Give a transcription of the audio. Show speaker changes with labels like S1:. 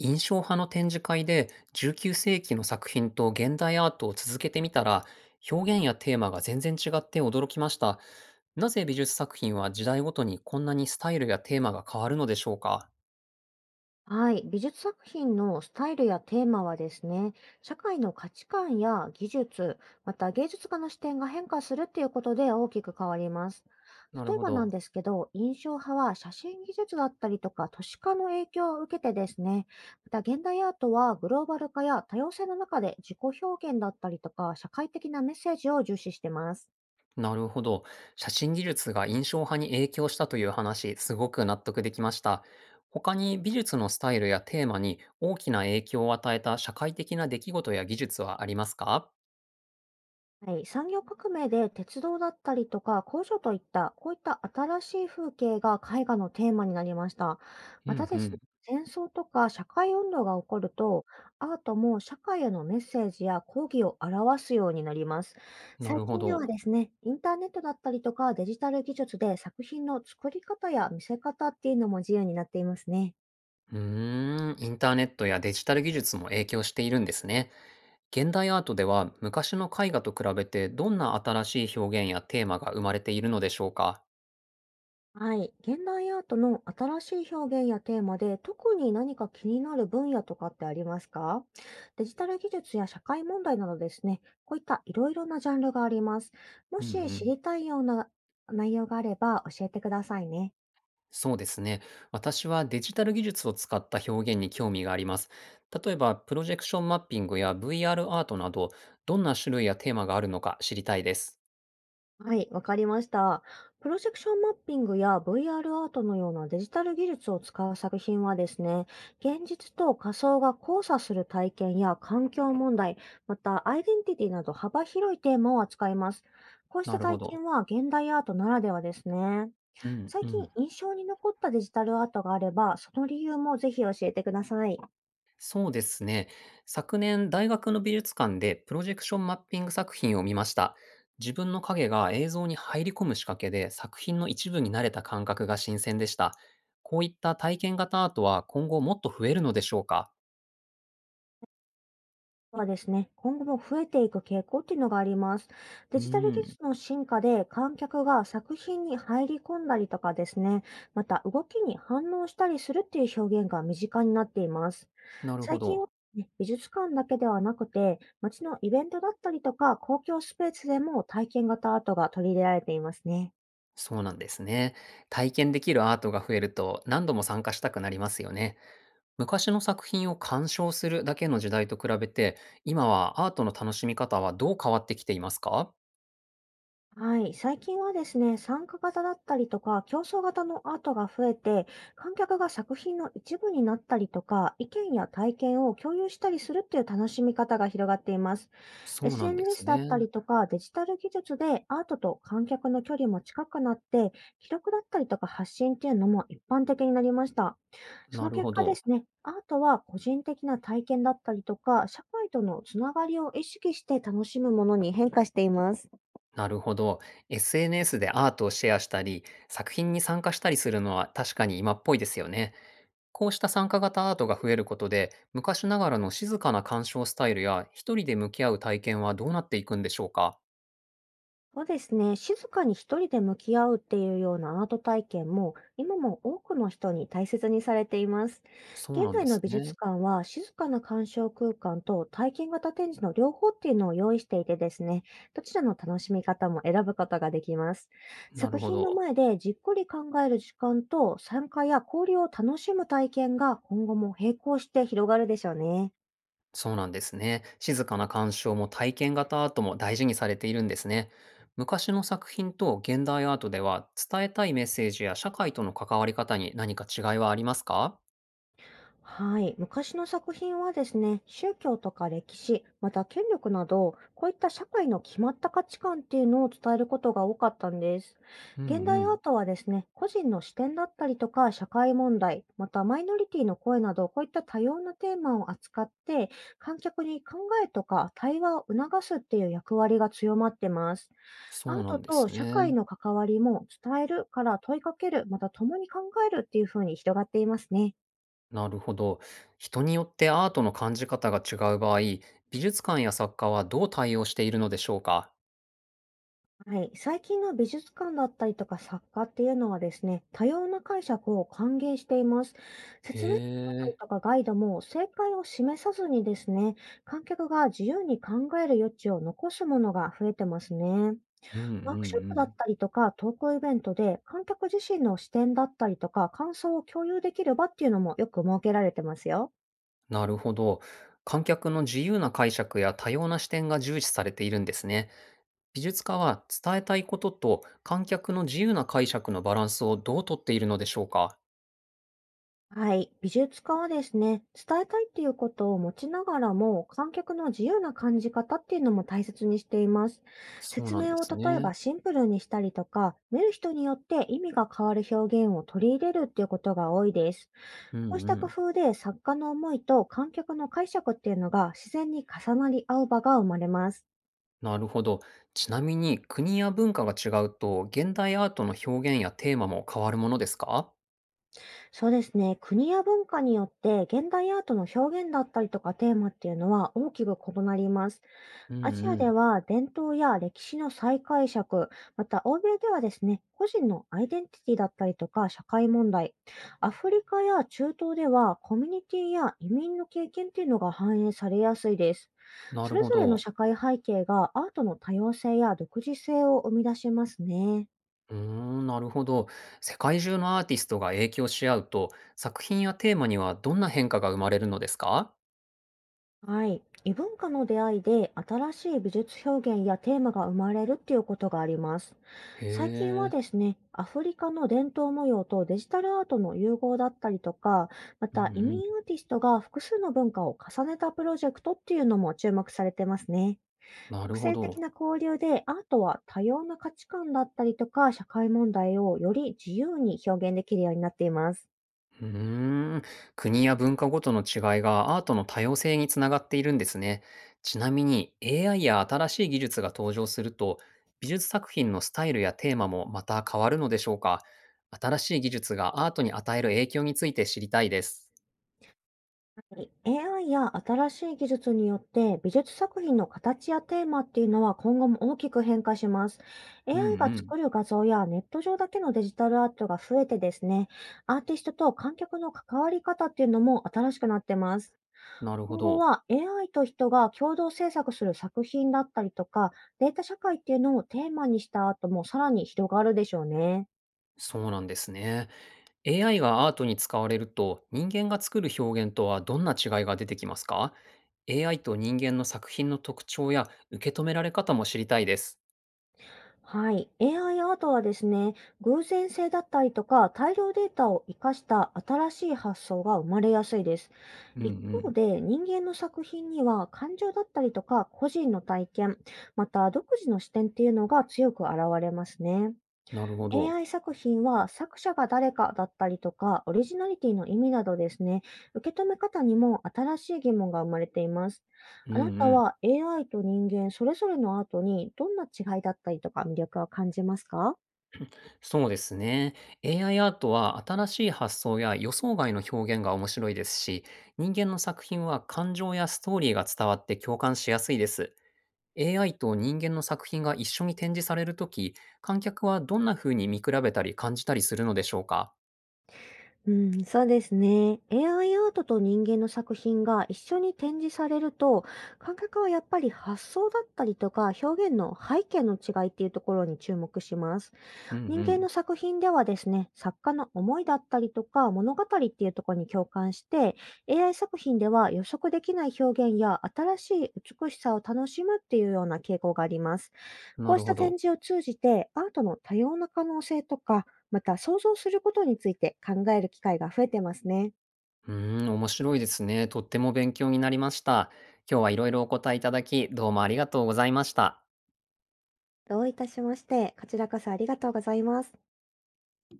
S1: 印象派の展示会で19世紀の作品と現代アートを続けてみたら、表現やテーマが全然違って驚きました。なぜ美術作品は時代ごとにこんなにスタイルやテーマが変わるのでしょうか？
S2: はい。美術作品のスタイルやテーマはですね、社会の価値観や技術、また芸術家の視点が変化するっていうことで大きく変わります。
S1: な
S2: 例
S1: る
S2: え
S1: ほ
S2: ばな
S1: ど。
S2: んですけど、印象派は写真技術だったりとか都市化の影響を受けてですね、また現代アートはグローバル化や多様性の中で自己表現だったりとか社会的なメッセージを重視してます。
S1: なるほど。写真技術が印象派に影響したという話、すごく納得できました。他に美術のスタイルやテーマに大きな影響を与えた社会的な出来事や技術はありますか？
S2: はい、産業革命で鉄道だったりとか工場といったこういった新しい風景が絵画のテーマになりました。
S1: う
S2: また
S1: ん
S2: で
S1: う
S2: すね、
S1: ん。
S2: 戦争とか社会運動が起こると、アートも社会へのメッセージや抗議を表すようになります。
S1: な
S2: 最
S1: るほ
S2: 近で
S1: ど。
S2: はですね、インターネットだったりとかデジタル技術で作品の作り方や見せ方っていうのも自由になっていますね。
S1: インターネットやデジタル技術も影響しているんですね。現代アートでは昔の絵画と比べてどんな新しい表現やテーマが生まれているのでしょうか？
S2: はい。現代アートの新しい表現やテーマで特に何か気になる分野とかってありますか？デジタル技術や社会問題などですね、こういったいろいろなジャンルがあります。も
S1: うんう
S2: し知
S1: ん。
S2: りたいような内容があれば教えてくださいね。
S1: そうですね。私はデジタル技術を使った表現に興味があります。例えば、プロジェクションマッピングや VR アールアートなど、どんな種類やテーマがあるのか知りたいです。
S2: はい、わかりました。プロジェクションマッピングや VR アールアートのようなデジタル技術を使う作品はですね、現実と仮想が交差する体験や環境問題、またアイデンティティなど幅広いテーマを扱います。こうした
S1: なるほ
S2: 体
S1: ど。
S2: 験は現代アートならではですね。
S1: うん
S2: 最
S1: う
S2: 近
S1: ん。
S2: 印象に残ったデジタルアートがあれば、その理由もぜひ教えてください。
S1: そうですね。昨年、大学の美術館でプロジェクションマッピング作品を見ました。自分の影が映像に入り込む仕掛けで作品の一部になれた感覚が新鮮でした。こういった体験型アートは今後もっと増えるのでしょうか？
S2: はですね、今後も増えていく傾向っていうのがあります。デ
S1: う
S2: ジタル
S1: ー
S2: 技
S1: ん、
S2: 術の進化で観客が作品に入り込んだりとかですね、また動きに反応したりするっていう表現が身近になっています。
S1: なるほ
S2: 最近は、
S1: ど。
S2: ね、美術館だけではなくて、街のイベントだったりとか公共スペースでも体験型アートが取り入れられていますね。
S1: そうなんですね。体験できるアートが増えると何度も参加したくなりますよね。昔の作品を鑑賞するだけの時代と比べて、今はアートの楽しみ方はどう変わってきていますか？
S2: はい。最近はですね、参加型だったりとか、競争型のアートが増えて、観客が作品の一部になったりとか、意見や体験を共有したりするっていう楽しみ方が広がっています。
S1: そうなんです
S2: SNS だった
S1: ね。
S2: りとか、デジタル技術でアートと観客の距離も近くなって、記録だったりとか発信っていうのも一般的になりました。そ
S1: な
S2: の
S1: る
S2: 結
S1: ほ
S2: 果で
S1: ど。
S2: すね、アートは個人的な体験だったりとか、社会とのつながりを意識して楽しむものに変化しています。
S1: なるほど。SNS でアートをシェアしたり、作品に参加したりするのは確かに今っぽいですよね。こうした参加型アートが増えることで、昔ながらの静かな鑑賞スタイルや、一人で向き合う体験はどうなっていくんでしょうか？
S2: そうですね。静かに一人で向き合うっていうようなアート体験も、今も多くの人に大切にされています。
S1: そう
S2: 現
S1: なん
S2: 代
S1: で
S2: の
S1: す
S2: 美
S1: ね。
S2: 術館は、静かな鑑賞空間と体験型展示の両方っていうのを用意していてですね、どちらの楽しみ方も選ぶことができます。
S1: な
S2: 作
S1: るほ
S2: 品の
S1: ど。
S2: 前でじっくり考える時間と、参加や交流を楽しむ体験が今後も並行して広がるでしょうね。
S1: そうなんですね。静かな鑑賞も体験型アートも大事にされているんですね。昔の作品と現代アートでは、伝えたいメッセージや社会との関わり方に何か違いはありますか？
S2: はい。昔の作品はですね、宗教とか歴史、また権力など、こういった社会の決まった価値観っていうのを伝えることが多かったんです。
S1: うんう
S2: 現代ア
S1: ん。
S2: ートはですね、個人の視点だったりとか、社会問題、またマイノリティの声など、こういった多様なテーマを扱って、観客に考えとか対話を促すっていう役割が強まってます。
S1: そ
S2: ア
S1: う
S2: ー
S1: な
S2: ト
S1: んで
S2: と
S1: す
S2: 社会
S1: ね。
S2: の関わりも伝えるから問いかける、また共に考えるっていうふうに広がっていますね。
S1: なるほど。人によってアートの感じ方が違う場合、美術館や作家はどう対応しているのでしょうか？
S2: はい、最近の美術館だったりとか作家っていうのはですね、多様な解釈を歓迎しています。
S1: へ
S2: 説明だったり
S1: え。
S2: とかガイドも正解を示さずにですね、観客が自由に考える余地を残すものが増えてますね。
S1: うんうん
S2: ワークショップだ
S1: う
S2: っ
S1: ん。
S2: たりとかトークイベントで観客自身の視点だったりとか感想を共有できる場っていうのもよく設けられてますよ。
S1: なるほど。観客の自由な解釈や多様な視点が重視されているんですね。美術家は伝えたいことと観客の自由な解釈のバランスをどうとっているのでしょうか？
S2: はい。美術家はですね、伝えたいっていうことを持ちながらも、観客の自由な感じ方っていうのも大切にしています。
S1: そう
S2: 説
S1: なんで
S2: 明を
S1: す
S2: 例え
S1: ね。
S2: ばシンプルにしたりとか、見る人によって意味が変わる表現を取り入れるっていうことが多いです。
S1: う
S2: こう
S1: ん
S2: した
S1: う
S2: 工
S1: ん。
S2: 夫で作家の思いと観客の解釈っていうのが自然に重なり合う場が生まれます。
S1: なるほど。ちなみに国や文化が違うと、現代アートの表現やテーマも変わるものですか？
S2: そうですね。国や文化によって現代アートの表現だったりとかテーマっていうのは大きく異なります。
S1: うん
S2: アジア
S1: う
S2: で
S1: ん。
S2: は伝統や歴史の再解釈、また欧米ではですね、個人のアイデンティティだったりとか社会問題、アフリカや中東ではコミュニティや移民の経験っていうのが反映されやすいです。
S1: な
S2: そ
S1: る
S2: れ
S1: ほ
S2: ぞれの
S1: ど。
S2: 社会背景がアートの多様性や独自性を生み出しますね。
S1: うーん、なるほど。世界中のアーティストが影響し合うと、作品やテーマにはどんな変化が生まれるのですか？
S2: はい。異文化の出会いで新しい美術表現やテーマが生まれるっていうことがあります。
S1: へ
S2: 最近は
S1: え。
S2: ですね、アフリカの伝統模様とデジタルアートの融合だったりとか、ま
S1: う
S2: た
S1: ん
S2: 移
S1: う
S2: 民
S1: ん。
S2: アーティストが複数の文化を重ねたプロジェクトっていうのも注目されてますね。
S1: な
S2: 複
S1: るほ
S2: 製的な
S1: ど。
S2: 交流でアートは多様な価値観だったりとか社会問題をより自由に表現できるようになっています。
S1: うーん、国や文化ごとの違いがアートの多様性につながっているんですね。ちなみに AI や新しい技術が登場すると、美術作品のスタイルやテーマもまた変わるのでしょうか？新しい技術がアートに与える影響について知りたいです。
S2: はい、 AI や新しい技術によって美術作品の形やテーマっていうのは今後も大きく変化します。
S1: うん
S2: AI
S1: う
S2: が
S1: ん。
S2: 作る画像やネット上だけのデジタルアートが増えてですね、アーティストと観客の関わり方っていうのも新しくなってます。
S1: なるほ
S2: 今後
S1: ど。
S2: は AI と人が共同制作する作品だったりとか、データ社会っていうのをテーマにしたアートもさらに広がるでしょうね。
S1: そうなんですね。AI がアートに使われると、人間が作る表現とはどんな違いが出てきますか？ AI と人間の作品の特徴や受け止められ方も知りたいです。
S2: はい。AI アイアートはですね、偶然性だったりとか、大量データを活かした新しい発想が生まれやすいです。
S1: うんう
S2: 一方
S1: ん。
S2: で、人間の作品には感情だったりとか、個人の体験、また独自の視点っていうのが強く現れますね。
S1: なるほど。
S2: AI 作品は作者が誰かだったりとか、オリジナリティの意味などですね、受け止め方にも新しい疑問が生まれています。
S1: う
S2: あ
S1: ん
S2: なた
S1: うん。
S2: は AI と人間それぞれのアートにどんな違いだったりとか魅力を感じますか？
S1: そうですね。AI アイアートは新しい発想や予想外の表現が面白いですし、人間の作品は感情やストーリーが伝わって共感しやすいです。AI と人間の作品が一緒に展示されるとき、観客はどんな風に見比べたり感じたりするのでしょうか？
S2: うん、そうですね。AI アイアートと人間の作品が一緒に展示されると、観客はやっぱり発想だったりとか表現の背景の違いっていうところに注目します。
S1: うん
S2: 人
S1: う
S2: 間
S1: ん。
S2: の作品ではですね、作家の思いだったりとか物語っていうところに共感して、AI 作品では予測できない表現や新しい美しさを楽しむっていうような傾向があります。こ
S1: な
S2: うし
S1: る
S2: た
S1: ほど。
S2: 展示を通じてアートの多様な可能性とか、また想像することについて考える機会が増えてますね。
S1: 面白いですね。とっても勉強になりました。今日はいろいろお答えいただき、どうもありがとうございました。
S2: どういたしまして、こちらこそありがとうございます。